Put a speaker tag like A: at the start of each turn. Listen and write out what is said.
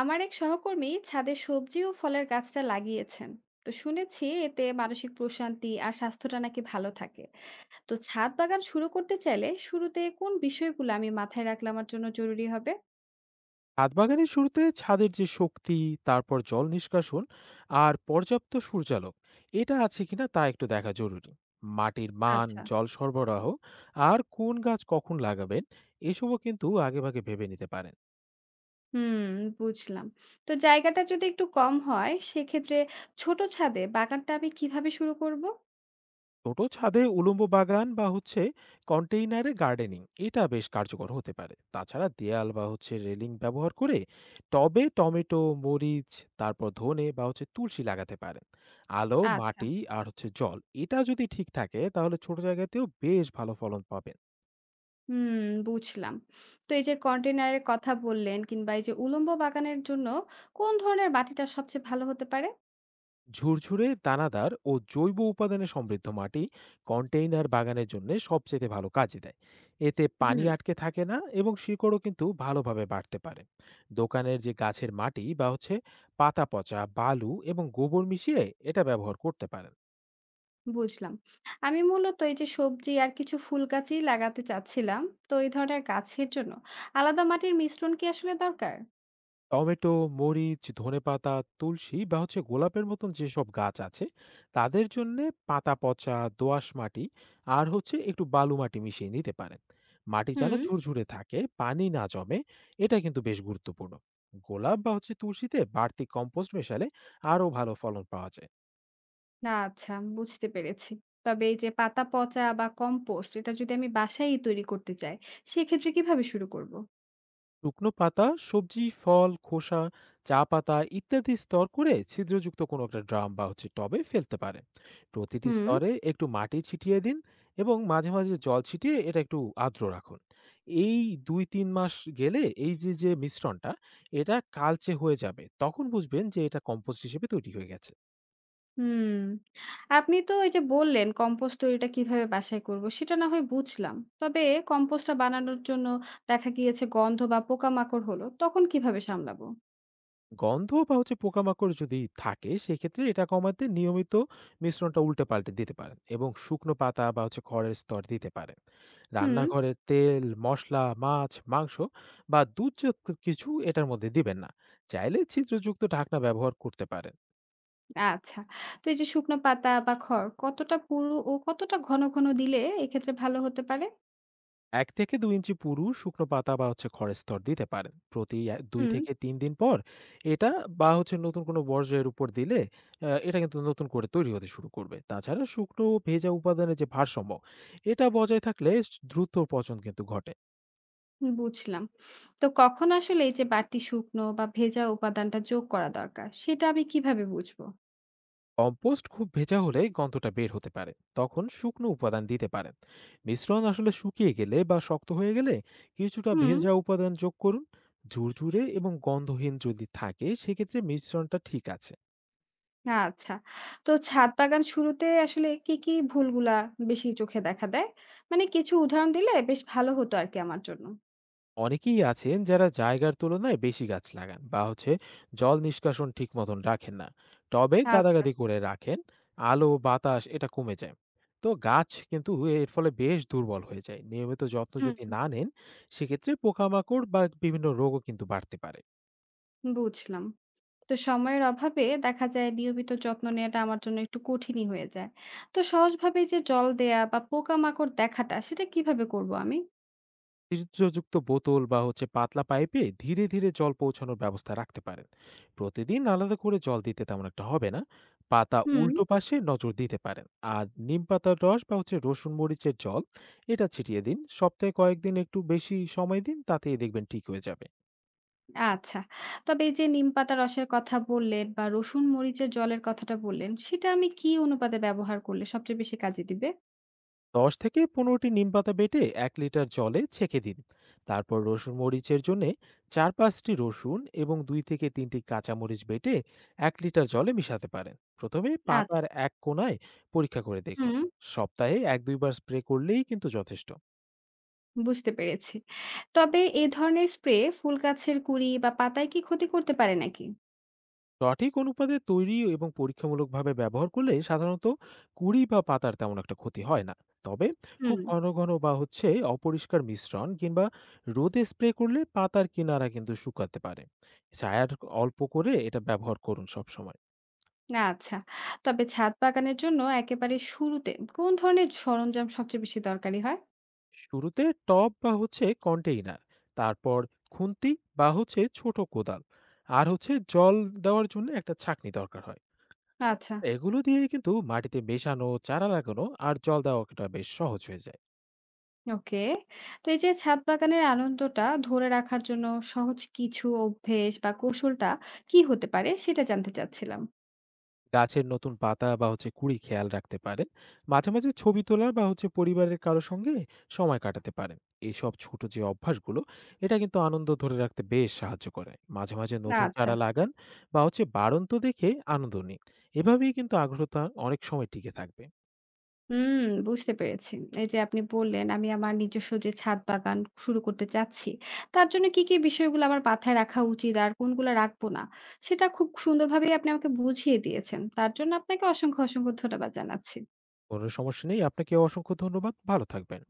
A: আমার এক সহকর্মী ছাদে সবজি ও ফলের গাছটা লাগিয়েছেন। তো শুনেছি এতে মানসিক প্রশান্তি আর স্বাস্থ্যটা নাকি ভালো থাকে। তো ছাদ বাগান শুরু করতে চাইলে শুরুতে কোন বিষয়গুলো আমি মাথায় রাখলে আমার জন্য জরুরি হবে?
B: ছাদ বাগানের শুরুতে ছাদের যে শক্তি, তারপর জল নিষ্কাশন, আর পর্যাপ্ত সূর্যালোক এটা আছে কিনা তা একটু দেখা জরুরি। মাটির মান,
A: আচ্ছা।
B: জল সরবরাহ, আর কোন গাছ কখন লাগাবেন এসবও কিন্তু আগেভাগে ভেবে নিতে পারেন।
A: হুম, বুঝলাম। তো জায়গাটা যদি একটু কম হয়, সেক্ষেত্রে ছোট ছাদে বাগানটা আমি কিভাবে শুরু করব?
B: ছোট ছাদে উলম্ব বাগান বা কন্টেইনারে গার্ডেনিং এটা বেশ কার্যকর হতে পারে। তাছাড়া দেয়াল বা রেলিং ব্যবহার করে টবে টমেটো, মরিচ, তারপর ধনে বা তুলসী লাগাতে পারেন। আলো,
A: আচ্ছা।
B: মাটি আর জল, এটা যদি ঠিক থাকে তাহলে ছোট জায়গাতেও বেশ ভালো ফলন পাবেন।
A: হুম, বুঝলাম। তো এই যে কন্টেনারের কথা বললেন, কিংবা এই যে উলম্ব বাগানের জন্য কোন ধরনের মাটিটা সবচেয়ে ভালো হতে পারে?
B: ঝুরঝুরে, দানাদার ও জৈব উপাদানে সমৃদ্ধ মাটি কন্টেইনার বাগানের জন্য সবচেয়ে ভালো কাজে দেয়। এতে পানি
A: হুম।
B: আটকে থাকে না এবং শিকড়ও কিন্তু ভালোভাবে বাড়তে পারে। দোকানের যে গাছের মাটি বা পাতা পচা, বালু এবং গোবর মিশিয়ে এটা ব্যবহার করতে পারেন।
A: বুঝলাম। আমি মূলত এই যে সবজি আর কিছু ফুল গাছই লাগাতে চাচ্ছিলাম। তো এই ধরনের গাছের জন্য আলাদা মাটির মিশ্রণ কি আসলে দরকার?
B: টমেটো, মরিচ, ধনেপাতা, তুলসী বা গোলাপের মতন যেসব গাছ আছে তাদের জন্যে পাতা পচা, দোআঁশ মাটি আর একটু বালু মাটি মিশিয়ে নিতে পারেন। মাটি যেন
A: হুম।
B: ঝুরঝুরে থাকে, পানি না জমে, এটা কিন্তু বেশ গুরুত্বপূর্ণ। গোলাপ বা তুলসীতে বাড়তি কম্পোস্ট মেশালে আরো ভালো ফলন পাওয়া যায়।
A: আচ্ছা, বুঝতে পেরেছি। তবে এই যে পাতা পচা বা কম্পোস্ট এটা যদি আমি বাসায়ই তৈরি করতে চাই, সেক্ষেত্রে কিভাবে শুরু করব?
B: শুকনো পাতা, সবজি ফল খোসা, চা পাতা ইত্যাদি স্তর করে ছিদ্রযুক্ত কোনো একটা ড্রাম বা টবে ফেলতে পারে। প্রতিটি
A: হুম।
B: স্তরে একটু মাটি ছিটিয়ে দিন এবং মাঝে মাঝে জল ছিটিয়ে এটা একটু আর্দ্র রাখুন। এই দুই তিন মাস গেলে এই যে যে মিশ্রণটা, এটা কালচে হয়ে যাবে, তখন বুঝবেন যে এটা কম্পোস্ট হিসেবে তৈরি হয়ে গেছে।
A: হুম, আপনি তো এই যে বললেন কম্পোস্ট তৈরিটা কিভাবে বাসায় করব সেটা না হয় বুঝলাম। তবে কম্পোস্টটা বানানোর জন্য দেখা গিয়েছে গন্ধ বা পোকামাকড় হলো, তখন কিভাবে সামলাবো?
B: গন্ধ বা পোকামাকড় যদি থাকে সেক্ষেত্রে এটা কমাতে নিয়মিত মিশ্রণটা উল্টে পাল্টে দিতে পারেন এবং শুকনো পাতা বা খড়ের স্তর দিতে পারেন।
A: হুম।
B: রান্নাঘরের তেল, মশলা, মাছ, মাংস বা দুধ জাতীয় কিছু এটার মধ্যে দিবেন না। চাইলে ছিদ্রযুক্ত ঢাকনা ব্যবহার করতে পারেন।
A: আচ্ছা। তো এই যে শুকনো পাতা বা খড় কতটা পুরু ও কতটা ঘন, ঘন দিলে এক্ষেত্রে ভালো হতে পারে?
B: ১ থেকে ২ ইঞ্চি পুরু শুকনো পাতা বা খড়ের স্তর দিতে পারেন। প্রতি ২
A: হুম।
B: থেকে ৩ দিন পর এটা বা নতুন কোনো বর্জ্যের উপর দিলে এটা কিন্তু নতুন করে তৈরি হতে শুরু করবে। তাছাড়া শুকনো ও ভেজা উপাদানের যে ভারসাম্য, এটা বজায় থাকলে দ্রুত পচন কিন্তু ঘটে।
A: বুঝলাম। তো কখন আসলে এই যে বাড়তি শুকনো বা ভেজা উপাদানটা যোগ করা দরকার, সেটা আমি কিভাবে বুঝবো?
B: কম্পোস্ট খুব ভেজা হলে গন্ধটা বের হতে পারে। তখন শুকনো উপাদান দিতে পারেন। মিশ্রণ আসলে শুকিয়ে গেলে বা শক্ত হয়ে গেলে কিছুটা
A: হুম।
B: ভেজা উপাদান যোগ করুন। ঝুরঝুরে এবং গন্ধহীন যদি থাকে সেক্ষেত্রে মিশ্রণটা ঠিক আছে।
A: আচ্ছা। তো ছাদ বাগান শুরুতে আসলে কি, কি ভুলগুলা বেশি চোখে দেখা দেয়? মানে কিছু উদাহরণ দিলে বেশ ভালো হতো আরকি আমার জন্য।
B: অনেকেই আছেন যারা জায়গার তুলনায় বেশি গাছ লাগান বা জল নিষ্কাশন ঠিক মতন রাখেন না, টবে
A: আচ্ছা।
B: গাদাগাদি করে রাখেন। আলো বাতাস এটা কমে যায়, তো গাছ কিন্তু এর ফলে বেশ দুর্বল হয়ে যায় নিয়মিত যত্ন যদি
A: হুম।
B: না নেন। সেক্ষেত্রে পোকামাকড় বা বিভিন্ন রোগও কিন্তু বাড়তে পারে।
A: বুঝলাম। তো সময়ের অভাবে দেখা যায় নিয়মিত যত্ন নেওয়াটা আমার জন্য একটু কঠিনই হয়ে যায়। তো সহজভাবে যে জল দেয়া বা পোকামাকড় দেখাটা সেটা কিভাবে করব আমি?
B: ছিদ্রযুক্ত বোতল বা পাতলা পাইপে ধীরে ধীরে জল পৌঁছানোর ব্যবস্থা রাখতে পারেন। প্রতিদিন আলাদা করে জল দিতে তেমন একটা হবে না। পাতা
A: হুম।
B: উল্টো পাশে নজর দিতে পারেন। আর নিম পাতার রস বা রসুন মরিচের জল, এটা ছিটিয়ে দিন সপ্তাহে কয়েকদিন, একটু বেশি সময় দিন তাতেই দেখবেন ঠিক হয়ে যাবে।
A: আচ্ছা, তবে এই যে নিম পাতা রসের কথা বললেন বা রসুন মরিচের জলের কথাটা বললেন, সেটা আমি কি অনুপাতে ব্যবহার করলে সবচেয়ে বেশি কাজে দিবে?
B: ১০ থেকে ১৫টি নিম পাতা বেটে ১ লিটার জলে ছেঁকে দিন। তারপর রসুন মরিচের জন্য চার পাঁচটি রসুন এবং দুই থেকে তিনটি কাঁচামরিচ বেটে ১ লিটার জলে মিশাতে পারেন। প্রথমে পাতার
A: আচ্ছা।
B: এক কোণায় পরীক্ষা করে দেখুন।
A: হুম,
B: সপ্তাহে এক দুইবার স্প্রে করলেই কিন্তু যথেষ্ট।
A: বুঝতে পেরেছি। তবে এ ধরনের স্প্রে ফুল গাছের কুঁড়ি বা পাতায় কি ক্ষতি করতে পারে নাকি?
B: সঠিক অনুপাতে তৈরি এবং পরীক্ষামূলকভাবে ব্যবহার করলে সাধারণত কুড়ি বা পাতার তেমন একটা ক্ষতি হয় না। তবে খুব
A: হুম।
B: ঘন ঘন বা অপরিষ্কার মিশ্রণ কিংবা রোদে স্প্রে করলে পাতার কিনারা কিন্তু শুকাতে পারে। ছায়ার, অল্প করে এটা ব্যবহার করুন সবসময়।
A: না, আচ্ছা। তবে ছাদ বাগানের জন্য একেবারে শুরুতে কোন ধরনের সরঞ্জাম সবচেয়ে বেশি দরকারি হয়?
B: শুরুতে টব বা কন্টেইনার, তারপর খুন্তি বা ছোট কোদাল, আর জল দেওয়ার জন্য একটা ছাঁকনি দরকার হয়।
A: আচ্ছা,
B: এগুলো দিয়ে কিন্তু মাটিতে মেশানো, চারা লাগানো আর জল দেওয়াটা বেশ সহজ হয়ে যায়।
A: ওকে। তো এই যে ছাদ বাগানের আনন্দটা ধরে রাখার জন্য সহজ কিছু অভ্যেস বা কৌশলটা কি হতে পারে সেটা জানতে চাচ্ছিলাম।
B: গাছের নতুন পাতা বা কুড়ি খেয়াল রাখতে পারেন। মাঝে মাঝে ছবি তোলা বা পরিবারের কারো সঙ্গে সময় কাটাতে পারেন। এইসব ছোট যে অভ্যাসগুলো, এটা কিন্তু আনন্দ ধরে রাখতে বেশ সাহায্য করে। মাঝে মাঝে নতুন
A: আচ্ছা।
B: চারা লাগান বা বাড়ন্ত দেখে আনন্দ নিন। এভাবেই কিন্তু আগ্রহতা অনেক সময় টিকে থাকবে।
A: হুম, বুঝতে পেরেছি। এই যে আপনি বললেন, আমি আমার নিজস্ব যে ছাদ বাগান শুরু করতে চাচ্ছি, তার জন্য কি, কি বিষয়গুলো আমার মাথায় রাখা উচিত আর কোনগুলো রাখবো না, সেটা খুব সুন্দরভাবেই আপনি আমাকে বুঝিয়ে দিয়েছেন। তার জন্য আপনাকে অসংখ্য, অসংখ্য ধন্যবাদ জানাচ্ছি।
B: কোনো সমস্যা নেই, আপনাকে অসংখ্য ধন্যবাদ, ভালো থাকবেন।